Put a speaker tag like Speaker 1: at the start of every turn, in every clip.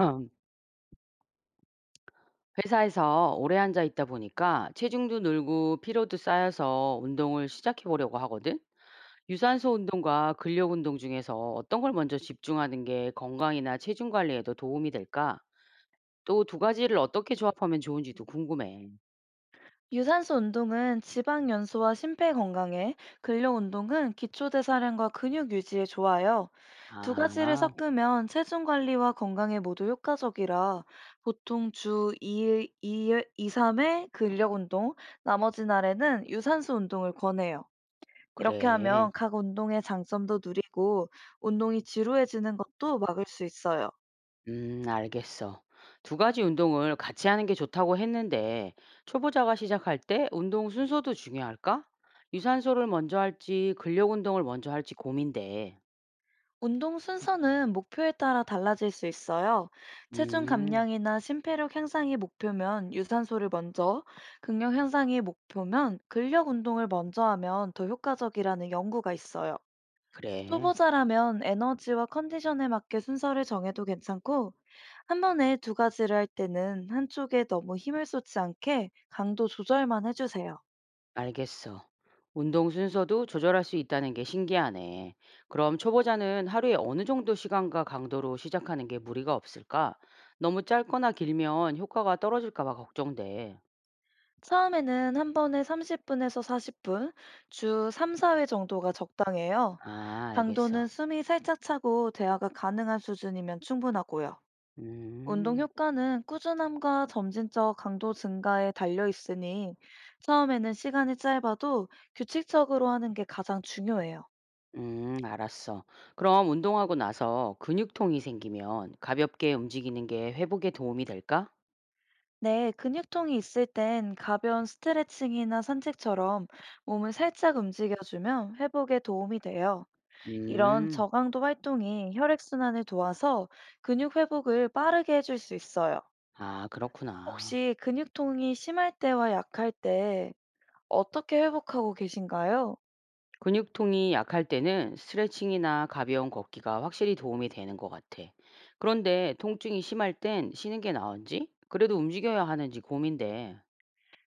Speaker 1: 음, 회사에서 오래 앉아 있다 보니까 체중도 늘고 피로도 쌓여서 운동을 시작해 보려고 하거든. 유산소 운동과 근력 운동 중에서 어떤 걸 먼저 집중하는 게 건강이나 체중 관리에도 도움이 될까? 또 두 가지를 어떻게 조합하면 좋은지도 궁금해.
Speaker 2: 유산소 운동은 지방 연소와 심폐 건강에, 근력 운동은 기초 대사량과 근육 유지에 좋아요. 두 가지를
Speaker 1: 아,
Speaker 2: 섞으면 체중 관리와 건강에 모두 효과적이라 보통 주 2, 3회 근력 운동, 나머지 날에는 유산소 운동을 권해요. 이렇게
Speaker 1: 그래.
Speaker 2: 하면 각 운동의 장점도 누리고 운동이 지루해지는 것도 막을 수 있어요.
Speaker 1: 알겠어. 두 가지 운동을 같이 하는 게 좋다고 했는데, 초보자가 시작할 때 운동 순서도 중요할까? 유산소를 먼저 할지 근력 운동을 먼저 할지 고민돼.
Speaker 2: 운동 순서는 목표에 따라 달라질 수 있어요. 체중
Speaker 1: 음,
Speaker 2: 감량이나 심폐력 향상이 목표면 유산소를 먼저, 근력 향상이 목표면 근력 운동을 먼저 하면 더 효과적이라는 연구가 있어요.
Speaker 1: 그래.
Speaker 2: 초보자라면 에너지와 컨디션에 맞게 순서를 정해도 괜찮고, 한 번에 두 가지를 할 때는 한쪽에 너무 힘을 쏟지 않게 강도 조절만 해주세요.
Speaker 1: 알겠어. 운동 순서도 조절할 수 있다는 게 신기하네. 그럼 초보자는 하루에 어느 정도 시간과 강도로 시작하는 게 무리가 없을까? 너무 짧거나 길면 효과가 떨어질까 봐 걱정돼.
Speaker 2: 처음에는 한 번에 30분에서 40분, 주 3, 4회 정도가 적당해요.
Speaker 1: 아, 알겠어.
Speaker 2: 강도는 숨이 살짝 차고 대화가 가능한 수준이면 충분하고요. 운동
Speaker 1: 음,
Speaker 2: 효과는 꾸준함과 점진적 강도 증가에 달려 있으니 처음에는 시간이 짧아도 규칙적으로 하는 게 가장 중요해요.
Speaker 1: 알았어. 그럼 운동하고 나서 근육통이 생기면 가볍게 움직이는 게 회복에 도움이 될까?
Speaker 2: 네, 근육통이 있을 땐 가벼운 스트레칭이나 산책처럼 몸을 살짝 움직여주면 회복에 도움이 돼요. 이런
Speaker 1: 음,
Speaker 2: 저강도 활동이 혈액순환을 도와서 근육 회복을 빠르게 해줄 수 있어요.
Speaker 1: 아, 그렇구나.
Speaker 2: 혹시 근육통이 심할 때와 약할 때 어떻게 회복하고 계신가요?
Speaker 1: 근육통이 약할 때는 스트레칭이나 가벼운 걷기가 확실히 도움이 되는 것 같아. 그런데 통증이 심할 땐 쉬는 게 나은지? 그래도 움직여야 하는지 고민돼.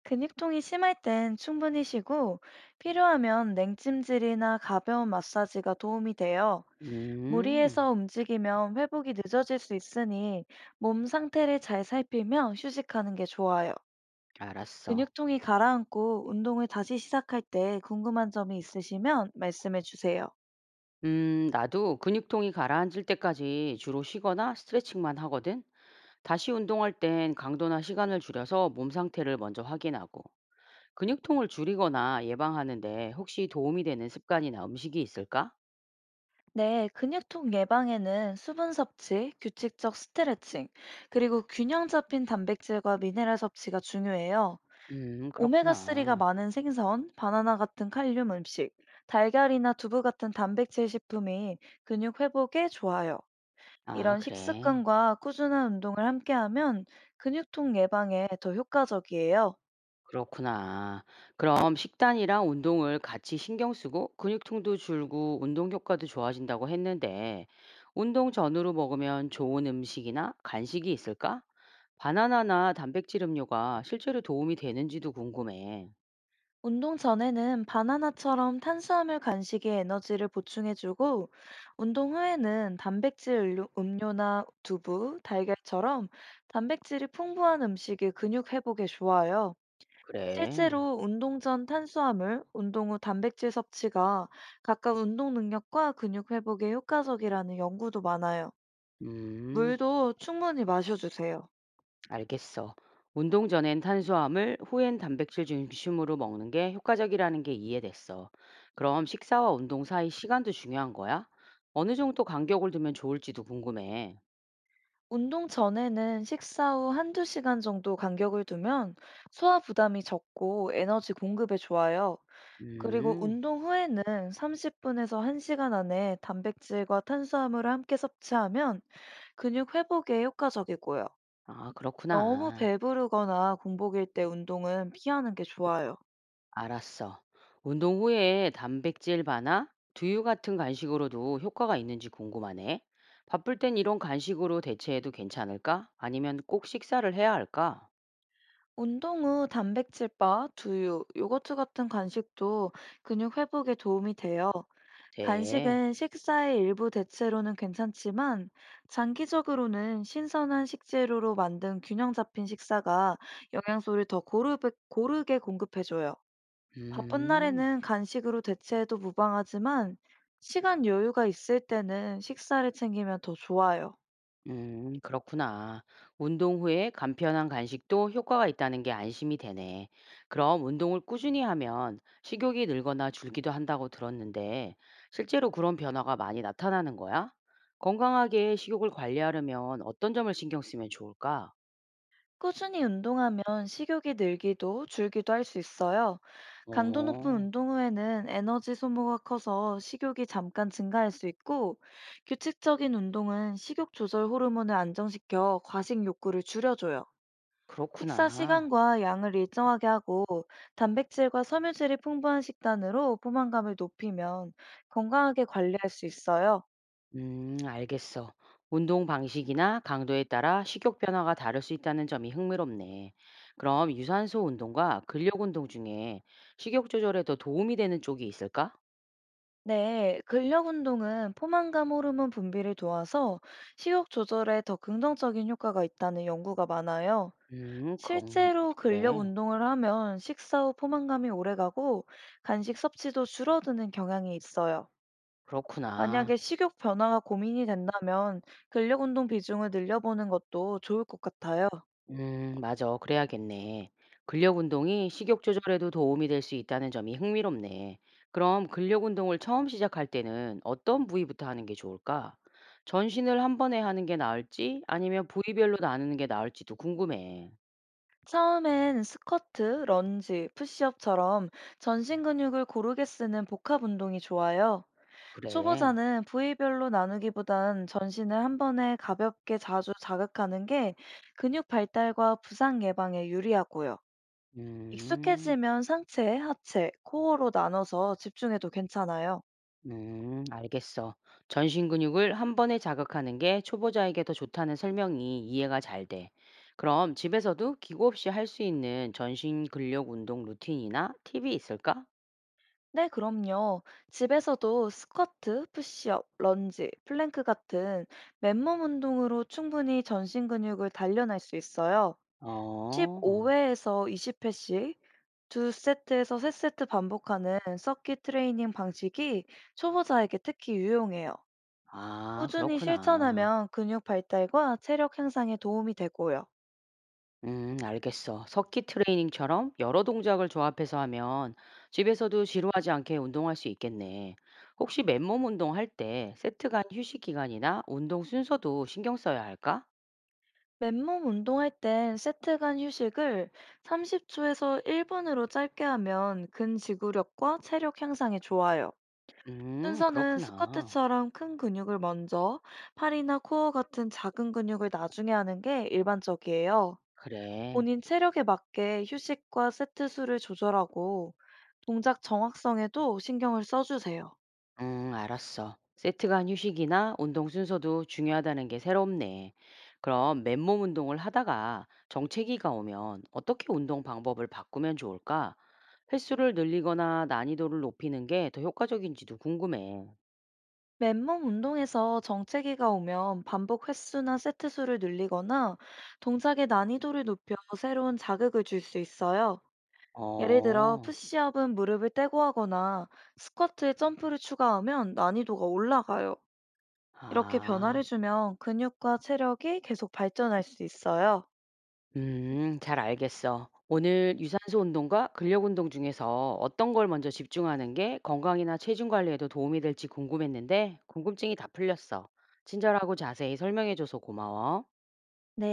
Speaker 2: 근육통이 심할 땐 충분히 쉬고 필요하면 냉찜질이나 가벼운 마사지가 도움이 돼요.
Speaker 1: 음,
Speaker 2: 무리해서 움직이면 회복이 늦어질 수 있으니 몸 상태를 잘 살피며 휴식하는 게 좋아요.
Speaker 1: 알았어.
Speaker 2: 근육통이 가라앉고 운동을 다시 시작할 때 궁금한 점이 있으시면 말씀해 주세요.
Speaker 1: 나도 근육통이 가라앉을 때까지 주로 쉬거나 스트레칭만 하거든. 다시 운동할 땐 강도나 시간을 줄여서 몸 상태를 먼저 확인하고. 근육통을 줄이거나 예방하는데 혹시 도움이 되는 습관이나 음식이 있을까?
Speaker 2: 네, 근육통 예방에는 수분 섭취, 규칙적 스트레칭, 그리고 균형 잡힌 단백질과 미네랄 섭취가 중요해요. 오메가3가
Speaker 1: 그렇구나.
Speaker 2: 많은 생선, 바나나 같은 칼륨 음식, 달걀이나 두부 같은 단백질 식품이 근육 회복에 좋아요.
Speaker 1: 아,
Speaker 2: 이런
Speaker 1: 그래.
Speaker 2: 식습관과 꾸준한 운동을 함께하면 근육통 예방에 더 효과적이에요.
Speaker 1: 그렇구나. 그럼 식단이랑 운동을 같이 신경 쓰고 근육통도 줄고 운동 효과도 좋아진다고 했는데 운동 전후로 먹으면 좋은 음식이나 간식이 있을까? 바나나나 단백질 음료가 실제로 도움이 되는지도 궁금해.
Speaker 2: 운동 전에는 바나나처럼 탄수화물 간식에 에너지를 보충해주고, 운동 후에는 음료나 두부, 달걀처럼 단백질이 풍부한 음식이 근육 회복에 좋아요.
Speaker 1: 그래.
Speaker 2: 실제로 운동 전 탄수화물, 운동 후 단백질 섭취가 각각 운동 능력과 근육 회복에 효과적이라는 연구도 많아요.
Speaker 1: 음,
Speaker 2: 물도 충분히 마셔주세요.
Speaker 1: 알겠어. 운동 전엔 탄수화물, 후엔 단백질 중심으로 먹는 게 효과적이라는 게 이해됐어. 그럼 식사와 운동 사이 시간도 중요한 거야? 어느 정도 간격을 두면 좋을지도 궁금해.
Speaker 2: 운동 전에는 식사 후 한두 시간 정도 간격을 두면 소화 부담이 적고 에너지 공급에 좋아요. 그리고
Speaker 1: 음.
Speaker 2: 운동 후에는 30분에서 1시간 안에 단백질과 탄수화물을 함께 섭취하면 근육 회복에 효과적이고요.
Speaker 1: 아,
Speaker 2: 너무
Speaker 1: 그렇구나.
Speaker 2: 배부르거나 공복일 때 운동은 피하는 게 좋아요.
Speaker 1: 알았어. 운동 후에 단백질 바나 두유 같은 간식으로도 효과가 있는지 궁금하네. 바쁠 땐 이런 간식으로 대체해도 괜찮을까? 아니면 꼭 식사를 해야 할까?
Speaker 2: 운동 후 단백질바, 두유, 요거트 같은 간식도 근육 회복에 도움이 돼요.
Speaker 1: 네.
Speaker 2: 간식은 식사의 일부 대체로는 괜찮지만 장기적으로는 신선한 식재료로 만든 균형 잡힌 식사가 영양소를 더 고르게 공급해줘요. 바쁜
Speaker 1: 음.
Speaker 2: 날에는 간식으로 대체해도 무방하지만 시간 여유가 있을 때는 식사를 챙기면 더 좋아요.
Speaker 1: 그렇구나. 운동 후에 간편한 간식도 효과가 있다는 게 안심이 되네. 그럼 운동을 꾸준히 하면 식욕이 늘거나 줄기도 한다고 들었는데, 실제로 그런 변화가 많이 나타나는 거야? 건강하게 식욕을 관리하려면 어떤 점을 신경 쓰면 좋을까?
Speaker 2: 꾸준히 운동하면 식욕이 늘기도 줄기도 할 수 있어요. 강도 높은
Speaker 1: 어,
Speaker 2: 운동 후에는 에너지 소모가 커서 식욕이 잠깐 증가할 수 있고, 규칙적인 운동은 식욕 조절 호르몬을 안정시켜 과식 욕구를 줄여줘요. 식사
Speaker 1: 그렇구나.
Speaker 2: 시간과 양을 일정하게 하고, 단백질과 섬유질이 풍부한 식단으로 포만감을 높이면 건강하게 관리할 수 있어요.
Speaker 1: 알겠어. 운동 방식이나 강도에 따라 식욕 변화가 다를 수 있다는 점이 흥미롭네. 그럼 유산소 운동과 근력 운동 중에 식욕 조절에 더 도움이 되는 쪽이 있을까?
Speaker 2: 네, 근력 운동은 포만감 호르몬 분비를 도와서 식욕 조절에 더 긍정적인 효과가 있다는 연구가 많아요.
Speaker 1: 음, 건,
Speaker 2: 실제로 근력
Speaker 1: 그래.
Speaker 2: 운동을 하면 식사 후 포만감이 오래가고 간식 섭취도 줄어드는 경향이 있어요. 만약에
Speaker 1: 그렇구나.
Speaker 2: 식욕 변화가 고민이 된다면 근력 운동 비중을 늘려보는 것도 좋을 것 같아요.
Speaker 1: 맞아. 그래야겠네. 근력 운동이 식욕 조절에도 도움이 될 수 있다는 점이 흥미롭네. 그럼 근력 운동을 처음 시작할 때는 어떤 부위부터 하는 게 좋을까? 전신을 한 번에 하는 게 나을지, 아니면 부위별로 나누는 게 나을지도 궁금해.
Speaker 2: 처음엔 스쿼트, 런지, 푸시업처럼 전신 근육을 고르게 쓰는 복합 운동이 좋아요.
Speaker 1: 그래.
Speaker 2: 초보자는 부위별로 나누기보단 전신을 한 번에 가볍게 자주 자극하는 게 근육 발달과 부상 예방에 유리하고요.
Speaker 1: 음.
Speaker 2: 익숙해지면 상체, 하체, 코어로 나눠서 집중해도 괜찮아요.
Speaker 1: 알겠어. 전신 근육을 한 번에 자극하는 게 초보자에게 더 좋다는 설명이 이해가 잘 돼. 그럼 집에서도 기구 없이 할 수 있는 전신 근력 운동 루틴이나 팁이 있을까?
Speaker 2: 네, 그럼요. 집에서도 스쿼트, 푸시업, 런지, 플랭크 같은 맨몸 운동으로 충분히 전신 근육을 단련할 수 있어요.
Speaker 1: 어,
Speaker 2: 15 회에서 20 회씩 2 세트에서 3 세트 반복하는 서킷 트레이닝 방식이 초보자에게 특히 유용해요.
Speaker 1: 아,
Speaker 2: 꾸준히
Speaker 1: 그렇구나.
Speaker 2: 실천하면 근육 발달과 체력 향상에 도움이 되고요.
Speaker 1: 알겠어. 석기 트레이닝처럼 여러 동작을 조합해서 하면 집에서도 지루하지 않게 운동할 수 있겠네. 혹시 맨몸 운동할 때 세트 간 휴식 기간이나 운동 순서도 신경 써야 할까?
Speaker 2: 맨몸 운동할 땐 세트 간 휴식을 30초에서 1분으로 짧게 하면 근지구력과 체력 향상에 좋아요.
Speaker 1: 음,
Speaker 2: 순서는
Speaker 1: 그렇구나.
Speaker 2: 스쿼트처럼 큰 근육을 먼저, 팔이나 코어 같은 작은 근육을 나중에 하는 게 일반적이에요.
Speaker 1: 그래.
Speaker 2: 본인 체력에 맞게 휴식과 세트 수를 조절하고 동작 정확성에도 신경을 써주세요.
Speaker 1: 음, 알았어. 세트 간 휴식이나 운동 순서도 중요하다는 게 새롭네. 그럼 맨몸 운동을 하다가 정체기가 오면 어떻게 운동 방법을 바꾸면 좋을까? 횟수를 늘리거나 난이도를 높이는 게 더 효과적인지도 궁금해.
Speaker 2: 맨몸 운동에서 정체기가 오면 반복 횟수나 세트 수를 늘리거나 동작의 난이도를 높여 새로운 자극을 줄 수 있어요. 예를 들어
Speaker 1: 어.
Speaker 2: 푸시업은 무릎을 떼고 하거나 스쿼트에 점프를 추가하면 난이도가 올라가요. 이렇게
Speaker 1: 아.
Speaker 2: 변화를 주면 근육과 체력이 계속 발전할 수 있어요.
Speaker 1: 잘 알겠어. 오늘 유산소 운동과 근력 운동 중에서 어떤 걸 먼저 집중하는 게 건강이나 체중 관리에도 도움이 될지 궁금했는데 궁금증이 다 풀렸어. 친절하고 자세히 설명해줘서 고마워.
Speaker 2: 네.